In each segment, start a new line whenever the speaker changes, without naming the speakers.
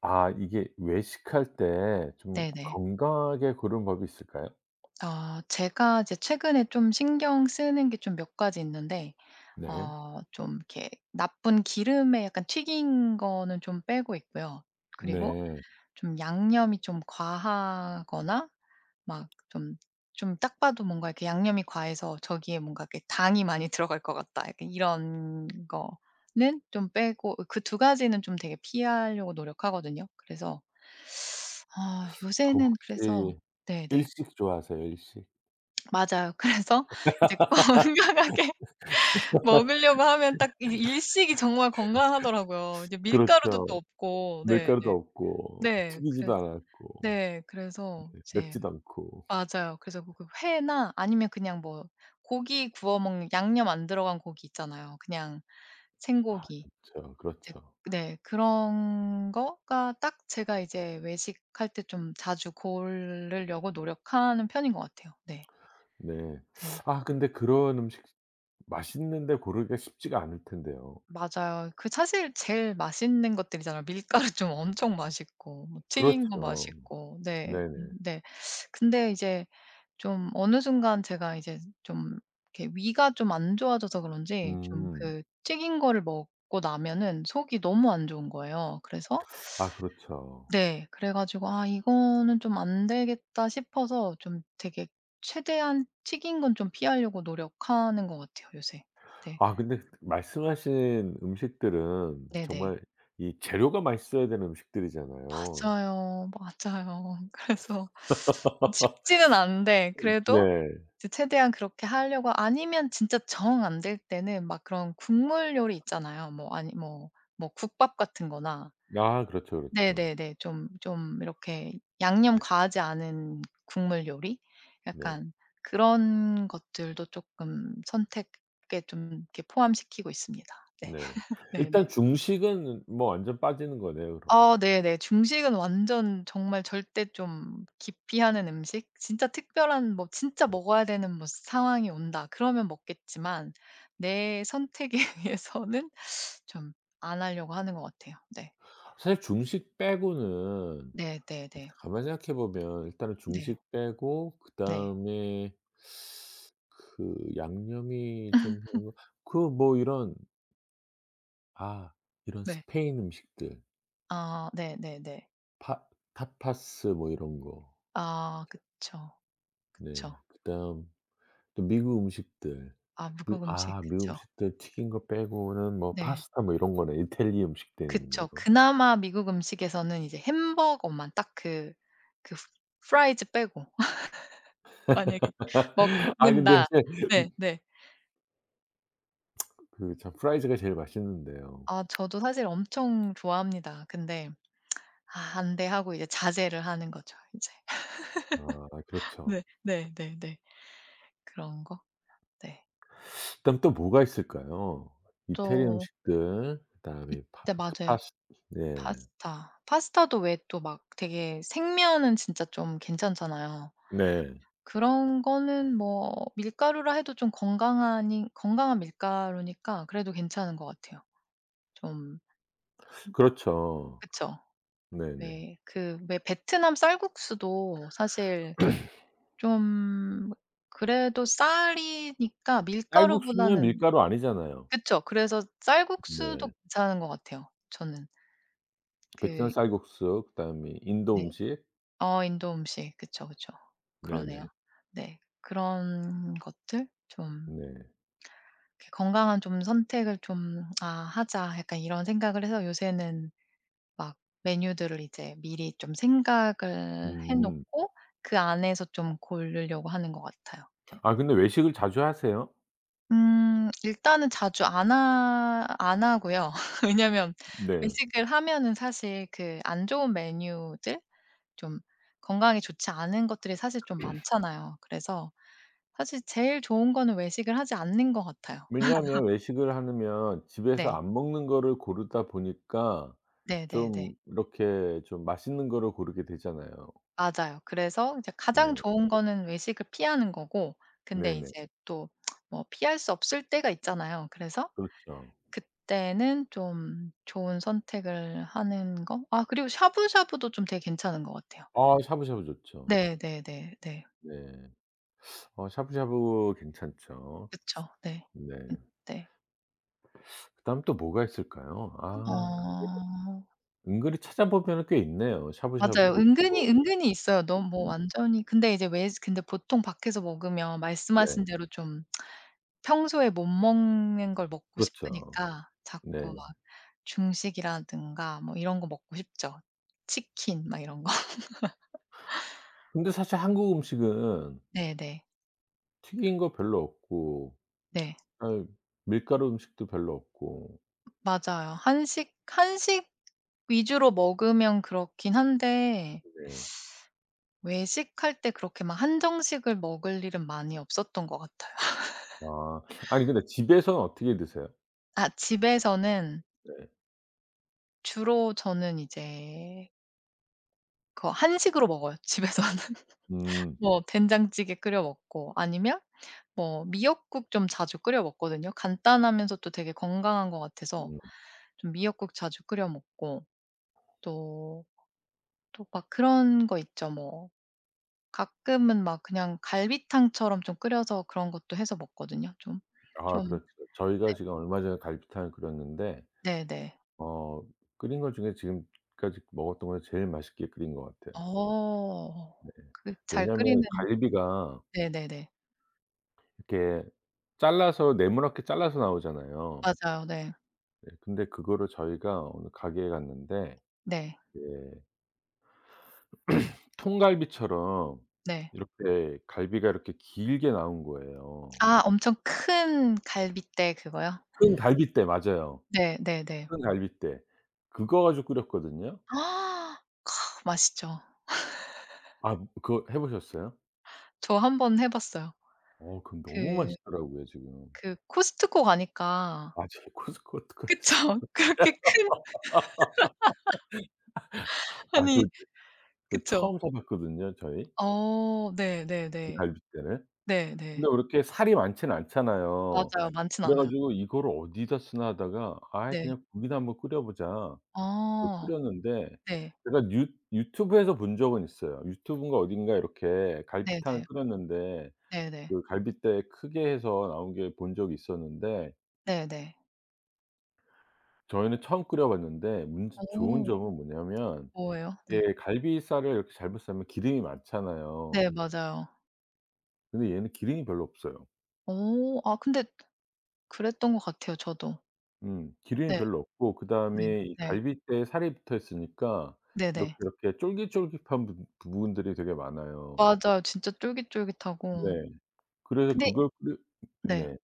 아 이게 외식할 때 좀
네네.
건강하게 고른 법이 있을까요?
제가 이제 최근에 좀 신경 쓰는 게 좀 몇 가지 있는데
네.
좀 이렇게 나쁜 기름에 약간 튀긴 거는 좀 빼고 있고요. 그리고
네.
좀 양념이 좀 과하거나 막 좀 딱 봐도 뭔가 이렇게 양념이 과해서 저기에 뭔가 이렇게 당이 많이 들어갈 것 같다. 약간 이런 거는 좀 빼고 그 두 가지는 좀 되게 피하려고 노력하거든요. 그래서 아
그
요새는 그래서
혹시
네네.
일식 좋아하세요, 일식?
맞아요. 그래서 이제 건강하게 먹으려고 하면 딱 이 일식이 정말 건강하더라고요. 이제 밀가루도
그렇죠.
또 없고 네
밀가루도
네.
없고
네.
튀기지도
그래서
않았고
네. 그래서 이제
맵지도 않고.
맞아요. 그래서 그 회나 아니면 그냥 뭐 고기 구워 먹는 양념 안 들어간 고기 있잖아요. 그냥
아
생고기.
그렇죠,
이제
그렇죠.
네. 그런 거가 딱 제가 이제 외식할 때 좀 자주 고르려고 노력하는 편인 것 같아요. 네.
네.
네.
아 근데 그런 음식 맛있는데 고르기가 쉽지가 않을 텐데요.
맞아요. 그 사실 제일 맛있는 것들이잖아요. 밀가루 좀 엄청 맛있고 뭐 튀긴 거
그렇죠.
맛있고. 네.
네네.
근데 이제 좀 어느 순간 제가 이제 좀 이렇게 위가 좀 안 좋아져서 그런지 좀
음.
그 튀긴 거를 먹고 나면은 속이 너무 안 좋은 거예요. 그래서
아 그렇죠.
네. 그래 가지고 '아 이거는 좀 안 되겠다.' 싶어서 좀 되게 최대한 튀긴 건 좀 피하려고 노력하는 것 같아요 요새. 네.
아 근데 그 말씀하신 음식들은
네네.
정말 이 재료가 맛있어야 되는 음식들이잖아요.
맞아요. 맞아요. 그래서 쉽지는 않은데 그래도
네.
이제 최대한 그렇게 하려고 아니면 진짜 정 안 될 때는 막 그런 국물 요리 있잖아요. 뭐 아니 뭐 국밥 같은 거나
아 그렇죠, 그렇죠.
네네네. 좀 이렇게 양념 과하지 않은 국물 요리?
네.
약간 그런 것들도 쪼끔 선택에 좀 이렇게 포함시키고 있습니다. 네.
네.
네네.
일단 중식은 뭐 완전 빠지는 거네요 그럼.
아 네네. 중식은 완전 정말 절대 좀 기피하는 음식? 진짜 특별한 뭐 진짜 먹어야 되는 뭐 상황이 온다 그러면 먹겠지만 내 선택에 의해서는 좀 안 하려고 하는 것 같아요. 네.
사실 중식 빼고는
네네네.
가만히 생각해 보면 일단은
네.
중식 빼고
네.
그다음에 그 양념이 좀 한 그 뭐 이런 아 이런
네.
스페인 음식들
아 네네네.
파 타파스 뭐 이런 거.
아 그쵸.
네.
그쵸.
그다음 또 미국 음식들.
아
미
미국 음식
아 미국
그쵸.
음식들 튀긴 거 빼고는 뭐
네.
파스타 뭐 이런 거네. 이탈리 음식들이네요.
그쵸. 그나마 미국 음식에서는 이제 햄버거만 딱 그 프라이즈 빼고 만약에
아 근데
먹는다.
사실
네 네.
그 참 프라이즈가 제일 맛있는데요.
아 저도 사실 엄청 좋아합니다. 근데 '아 안 돼.' 하고 이제 자제를 하는 거죠 이제.
아 그렇죠.
네. 네네 네. 그런 거. 네.
그다음 또 뭐가 있을까요? 이태리
또
음식들 그다음에 파
이때
그
맞아요.
파스 네.
파스타. 파스타도 왜 또 막 되게 생면은 진짜 좀 괜찮잖아요.
네.
그런 거는 뭐 밀가루라 해도 좀 건강하니 건강한 밀가루니까 그래도 괜찮은 것 같아요. 좀
그렇죠.
그쵸.
네네.
왜 그 왜 베트남 쌀국수도 사실 좀 그래도 쌀이니까
쌀국수는
밀가루보다는
밀가루 아니잖아요.
그쵸. 그래서 쌀국수도
네.
괜찮은 것 같아요 저는.
베트남
그
쌀국수 그다음에 인도
네.
음식.
어 인도 음식. 그쵸, 그쵸. 그러네요.
네네.
네. 그런 것들 좀
네.
이렇게 '건강한 좀 선택을 좀 아 하자.' 약간 이런 생각을 해서 요새는 막 메뉴들을 이제 미리 좀 생각을 해
음.
놓고 그 안에서 좀 고르려고 하는 것 같아요.
아 근데 외식을 자주 하세요?
일단은 자주 안 하고요. 왜냐면
네.
외식을 하면은 사실 그 안 좋은 메뉴들 좀 건강에 좋지 않은 것들이 사실 좀 많잖아요. 그래서 사실 제일 좋은 거는 외식을 하지 않는 것 같아요.
왜냐하면 외식을 하면 집에서
네.
안 먹는 거를 고르다 보니까
네네네.
좀 이렇게 좀 맛있는 거를 고르게 되잖아요.
맞아요. 그래서 이제
네.
가장 좋은 거는 외식을 피하는 거고 근데
네네.
이제 또 뭐 피할 수 없을 때가 있잖아요. 그래서
그렇죠.
그때는 좀 좋은 선택을 하는 거? 아 그리고 샤브샤브도 좀 되게 괜찮은 것 같아요.
아 샤브샤브 좋죠.
네네네 네. 네, 네.
네. 어 샤브샤브 괜찮죠.
그쵸. 네.
네.
음 네.
그다음 또 뭐가 있을까요? 아 그게
어.
은근히 찾아보면은 꽤 있네요.
맞아요.
샤브샤브도
은근히
있고
은근히 있어요. 너무 뭐
음
완전히 근데 이제 외 근데 보통 밖에서 먹으면
네
말씀하신 대로 좀 평소에 못 먹는 걸 먹고
그렇죠.
싶으니까
네.
자꾸 막 중식이라든가 뭐 이런 거 먹고 싶죠. 치킨 막 이런 거.
근데 사실 한국 음식은
네네. 네.
튀긴 거 별로 없고
네.
아 밀가루 음식도 별로 없고.
맞아요. 한식 위주로 먹으면 그렇긴 한데
네.
외식할 때 그렇게 막 한정식을 먹을 일은 많이 없었던 것 같아요.
아. 아니 근데 집에서는 어떻게 드세요?
아 집에서는
네.
주로 저는 이제 그 한식으로 먹어요 집에서는.
음.
뭐 된장찌개 끓여 먹고 아니면 뭐 미역국 좀 자주 끓여 먹거든요. 간단하면서 또 되게 건강한 것 같아서
음.
좀 미역국 자주 끓여 먹고 또 또 막 그런 거 있죠 뭐 가끔은 막 그냥 갈비탕처럼 좀 끓여서 그런 것도 해서 먹거든요. 좀 좀
아
네.
그렇죠. 저희가 지금 얼마 전에 갈비탕을 끓였는데
네네.
어 끓인 것 중에 지금까지 먹었던 거 중에 제일 맛있게 끓인 것 같아요.
어.
네.
그 잘 끓이는
왜냐하면 갈비가
네네네.
이렇게 잘라서 네모나게 잘라서 나오잖아요.
맞아요. 네.
네. 근데 그거를 저희가 어느 가게에 갔는데
네.
예 통갈비처럼
네.
이렇게 갈비가 이렇게 길게 나온 거예요.
아 엄청 큰 갈빗대 그거요?
큰 갈빗대 맞아요.
네 네네.
큰 갈빗대. 그거 가지고 끓였거든요.
맛있죠.
아 그거 해 보셨어요?
저 한 번 해 봤어요.
어 그건 너무
그
맛있더라고요 지금.
그 코스트코 가니까
맞아요. 코스코 그래서
그쵸. 그렇게 큰
아
아니
그 그
그쵸.
처음 사 봤거든요 저희
어
그
네네네.
갈빗대를.
네네.
근데 그렇게 살이 많지는 않잖아요.
맞아요. 많진
그래
않아요.
가지고 '이거를 어디다 쓰나.' 하다가 '아이
네.
그냥 국이나 한번 끓여 보자.' 그래서
아.
끓였는데
네.
제가 유 유튜브에서 본 적은 있어요. 유튜브인가 어딘가 이렇게 갈빗탕을
네네.
끓였는데
네네.
그 갈빗대 크게 해서 나온 게 본 적이 있었는데
네네.
저희는 처음 끓여 봤는데 문제 좋은
어.
점은 뭐냐면
뭐예요? 네.
이게 갈비살을 이렇게 잘못 삶으면 기름이
네
많잖아요.
맞아요.
근데 얘는 기름이 별로 없어요.
어. 아 근데 그랬던 것 같아요 저도.
음. 기름이
네.
별로 없고
네.
그다음에 이
네.
갈빗대에 살이 붙어 있으니까 이렇게,
네네.
이렇게 쫄깃쫄깃한 부 부분들이 되게 많아요.
맞아요. 진짜 쫄깃쫄깃하고.
네. 그래서
근데
그걸 끓여
네.
네.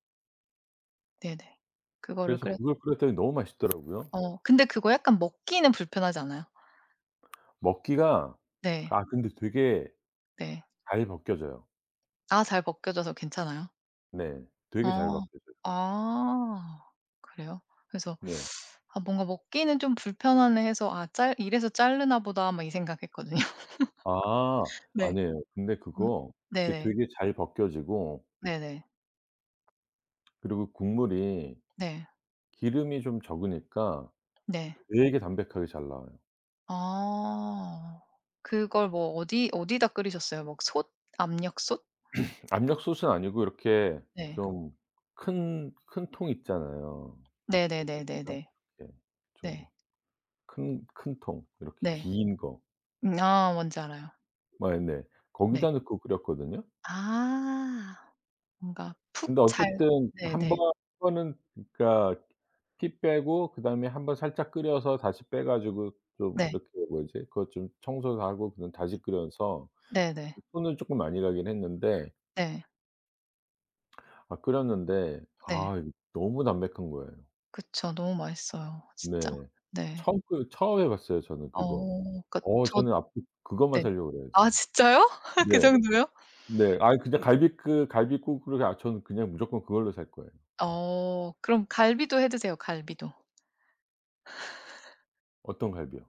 네네. 그거를
그래서
끓여
그걸 끓였더니 너무 맛있더라고요.
어 근데 그거 약간 먹기는 불편하지 않아요?
먹기가
네.
아 근데 되게
네.
잘 벗겨져요.
아 잘 벗겨져서 괜찮아요?
네.
어.
되게 잘 벗겨져요.
아. 그래요? 그래서
네.
'아 뭔가 먹기는 좀 불편하네.' 해서 '아 짤 이래서 자르나 보다.' 막 이 생각했거든요.
아
네.
아니에요. 근데
음.
그거 이렇게
네네.
되게 잘 벗겨지고
네네.
그리고 국물이
네.
기름이 좀 적으니까
네.
되게 담백하게 잘 나와요.
아. 그걸 뭐 어디 어디다 끓이셨어요? 뭐 솥? 압력솥?
압력솥은 아니고 이렇게
네.
좀 큰 통 있잖아요. 이렇게 딱
네네네네네.
이렇게 좀
네.
큰 통 이렇게
네.
긴 거.
아 뭔지 알아요.
막 네.
네.
거기다 넣고 끓였거든요.
아. 뭔가 푹
근데
잘
어쨌든 한
네네.
번 한 번은 그러니까 피 빼고 그다음에 한 번 살짝 끓여서 다시 빼 가지고 좀
네.
이렇게 뭐지 그거 좀 청소도 하고 그다음 다시 끓여서
네네.
손은 쪼끔 많이 가긴 했는데
네.
아 끓였는데
네.
아 이거 너무 담백한 거예요.
그쵸. 너무 맛있어요 진짜.
네.
네.
처음 해 봤어요 저는
어
그거.
그러니까
어
저
저는 앞으로 그것만
네.
살려고 그래요
아
지금.
진짜요? 그
네.
정도요?
네. 아이 그냥 갈비국으로 아 저는 그냥 무조건 그걸로 살 거예요.
어 그럼 갈비도 해 드세요, 갈비도.
어떤 갈비요?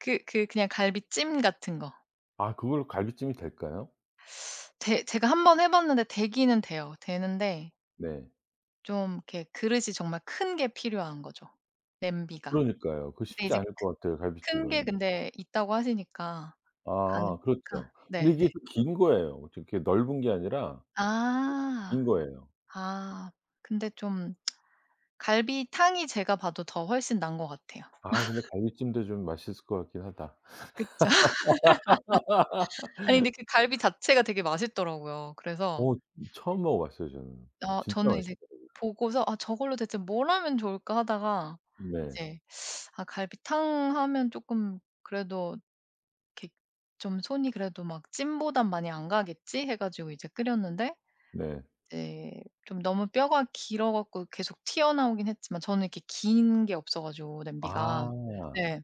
그냥 갈비찜 같은 거.
아 그걸로 갈비찜이 될까요?
되 제가 한 번 해 봤는데 되기는 돼요. 되는데
네.
좀 이렇게 그릇이 정말 큰 게 필요한 거죠, 냄비가.
그러니까요. 그
근데
쉽지
이제
않을 것
큰
같아요
큰 게
갈비찜은.
근데 있다고 하시니까 가능하
아 그렇죠. 근데
네네.
이게 좀 긴 거예요. 이렇게 넓은 게 아니라
아.
긴 거예요.
아. 근데 좀 갈비탕이 제가 봐도 더 훨씬 나은 것 같아요.
아 근데 갈비찜도 좀 맛있을 것 같긴 하다.
그쵸. 아니 근데 그 갈비 자체가 되게 맛있더라고요. 그래서
어 처음 먹어봤어요 저는.
어
진짜
저는 이제
맛있더라고요.
보고서 '아 저걸로 대체 뭘 하면 좋을까?' 하다가
네.
이제 아 갈비탕 하면 조금 그래도 이렇게 좀 손이 그래도 막 '찜보단 많이 안 가겠지?' 해 가지고 이제 끓였는데
네.
이제 좀 너무 뼈가 길어 갖고 계속 튀어나오긴 했지만 저는 이렇게 긴 게 없어 가지고 냄비가
아.
네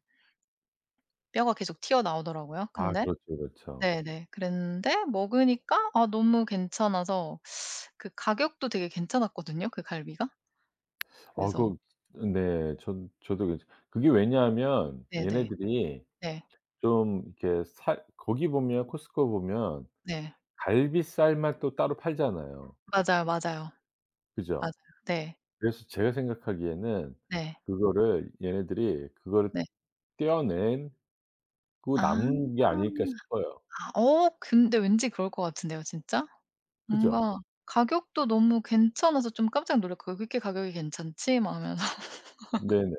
뼈가 계속 튀어나오더라고요.
아
근데
그렇죠, 그렇죠.
네네 그랬는데 먹으니까 아 너무 괜찮아서 그 가격도 되게 괜찮았거든요, 그 갈비가.
어
그래서
그 네. 전 저도 그래서 그게 왜냐하면
네네.
얘네들이
네.
좀 이렇게 살 거기 보면 코스트코 보면
네.
갈비살만 또 따로 팔잖아요.
맞아요, 맞아요.
그죠?
맞아요. 네.
그래서 제가 생각하기에는
네.
그거를 얘네들이 그거를
네.
떼어낸 그
아.
남은 게 아닐까
아
싶어요.
어 근데 왠지 그럴 것 같은데요 진짜?
그죠?
뭔가 가격도 너무 괜찮아서 좀 깜짝 놀랐고 요 이렇게 가격이 괜찮지?' 막면서
네네.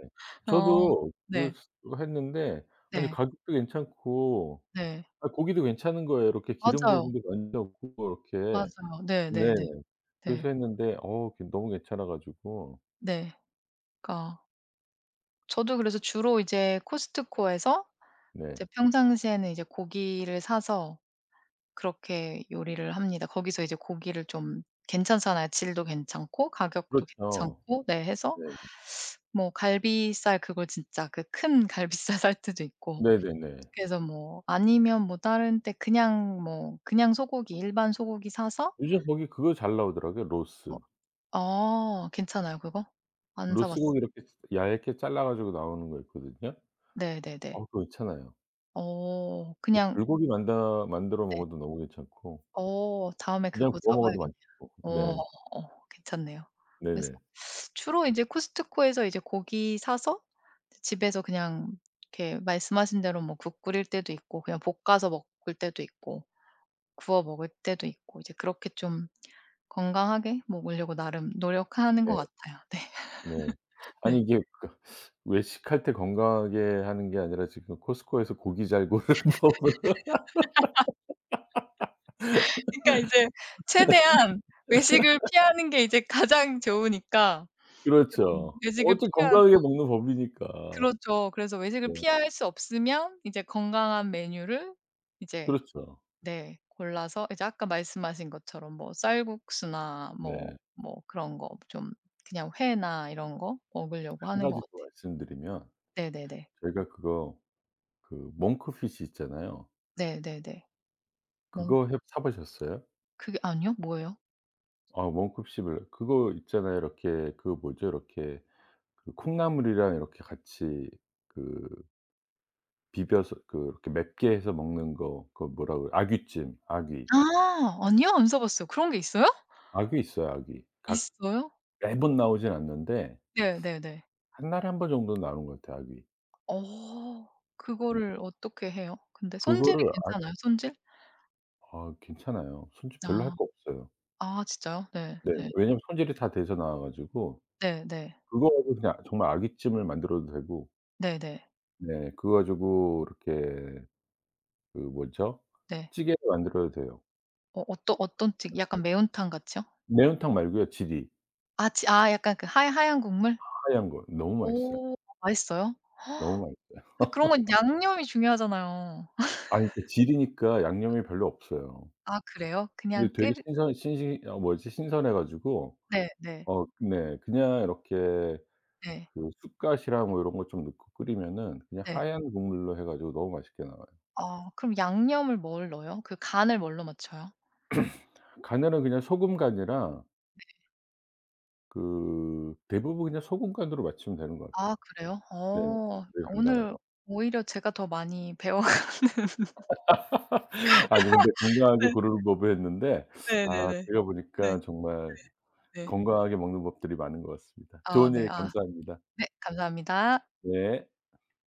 어
저도 그
네.
스 어, 했는데 아니
네.
가격도 괜찮고
네.
아 고기도 괜찮은 거예요. 이렇게 기름
맞아요.
부분도 완전 없고 이렇게.
맞아요. 네네네.
네.
네. 네.
그래서 했는데 어 그 너무 괜찮아
네, 네.
가지고.
그러니까 저도 그래서 주로 이제 코스트코에서
네.
이제 평상시에는 이제 고기를 사서 그렇게 요리를 합니다. 거기서 이제 고기를 좀 괜찮잖아요. 질도 괜찮고 가격도
그렇죠.
괜찮고 네 해서
네.
뭐 갈비살 그걸 진짜 그 큰 갈비살 살 때도 있고
네네네.
그래서 뭐 아니면 뭐 다른 때 그냥 뭐 그냥 소고기 일반 소고기 사서
요즘 거기 그거 잘 나오더라고요
뭐
로스.
아 괜찮아요 그거? 안 사
로스
봤어요.
고기 이렇게 얇게 잘라 가지고 나오는 거 있거든요.
네네네.
어 그거 있잖아요.
어
뭐
그냥
불고기 만다 만들어
네.
먹어도 너무 괜찮고
어 다음에
그냥
그거
구워
사
먹어도
봐야겠네요.
맛있고.
어
네.
어 괜찮네요. 그래서
네네.
주로 이제 코스트코에서 이제 고기 사서 집에서 그냥 이렇게 말씀하신 대로 뭐 국 끓일 때도 있고 그냥 볶아서 먹을 때도 있고 구워 먹을 때도 있고 이제 그렇게 좀 건강하게 먹으려고 나름 노력하는
네.
것 같아요. 네.
네.
네.
아니 이게 그 외식할 때 건강하게 하는 게 아니라 지금 코스트코에서 고기 잘 고르는 법은
그러니까 이제 최대한 외식을 피하는 게 이제 가장 좋으니까 좀
그렇죠.
외식을
어차피 건강하게
피하고
먹는 법이니까.
그렇죠. 그래서 외식을
네.
피할 수 없으면 이제 건강한 메뉴를 이제
그렇죠.
네. 골라서 이제 아까 말씀하신 것처럼 뭐 쌀국수나 뭐
네.
그런 거 좀 그냥 회나 이런 거 먹으려고
한
하는
가지
것
더
같아요.
말씀드리면
네네네.
저희가 그거 그 몽크핏이 있잖아요.
네네네. 멍
그거 해 사 보셨어요?
그게 아니요? 뭐예요?
아 몽크핏을 그거 있잖아요. 이렇게 그 뭐죠? 이렇게 그 콩나물이랑 이렇게 같이 그 비벼서 그렇게 맵게 해서 먹는 거 그거 뭐라 그래 아귀찜, 아귀.
아 아니요. 안 써 봤어요. 그런 게 있어요?
아귀 있어요, 아귀. 각
있어요?
매번 나오진 않는데
네네네.
한 달에 한 번 정도는 나오는 것 같아요, 아귀.
어.
네.
그거를 어떻게 해요? 근데 손질이
그거를 아
괜찮아요? 손질?
아 괜찮아요. 손질 별로 할
아.
거 없어요.
아 진짜요? 네.
네.
네.
왜냐면 손질이 다 돼서 나와 가지고
네네.
그거 가지고 그냥 정말 아귀찜을 만들어도 되고
네네. 네.
네 그거 가지고 이렇게 그 뭐죠?
네, 네.
찌개 만들어도 돼요.
어 어떠 어떤 찌 약간 매운탕 같이요?
매운탕 말고요, 지리.
아 지 아 약간 그 하얀 하얀 국물?
하얀 거. 너무 맛있어요.
오 맛있어요?
너무 맛있어요.
근데 그런 건 양념이 중요하잖아요.
아니 이게 지리니까 양념이 별로 없어요.
아 그래요? 그냥
근데 되게
끓이
신선해 가지고
네 네
어 네 그냥 이렇게
네
그 쑥갓이랑 뭐 이런 것 좀 넣고 끓이면은 그냥
네.
하얀 국물로 해 가지고 너무 맛있게 나와요.
아 그럼 양념을 뭘 넣어요? 그 간을 뭘로 맞춰요?
간은 그냥 소금 간이라 그 대부분 그냥 소금 간으로 맞추면 되는 것
아
같아요.
그래요?
네.
어.
되게 간단하게.
오늘 오히려 제가 더 많이 배워가는
아니 근데 건강하게
네
고르는 법을 했는데 아
네네네.
제가
네
보니까 정말
네.
건강하게 먹는 법들이 많은 것 같습니다.
아
좋은
네.
얘기
아
감사합니다.
네 감사합니다.
네.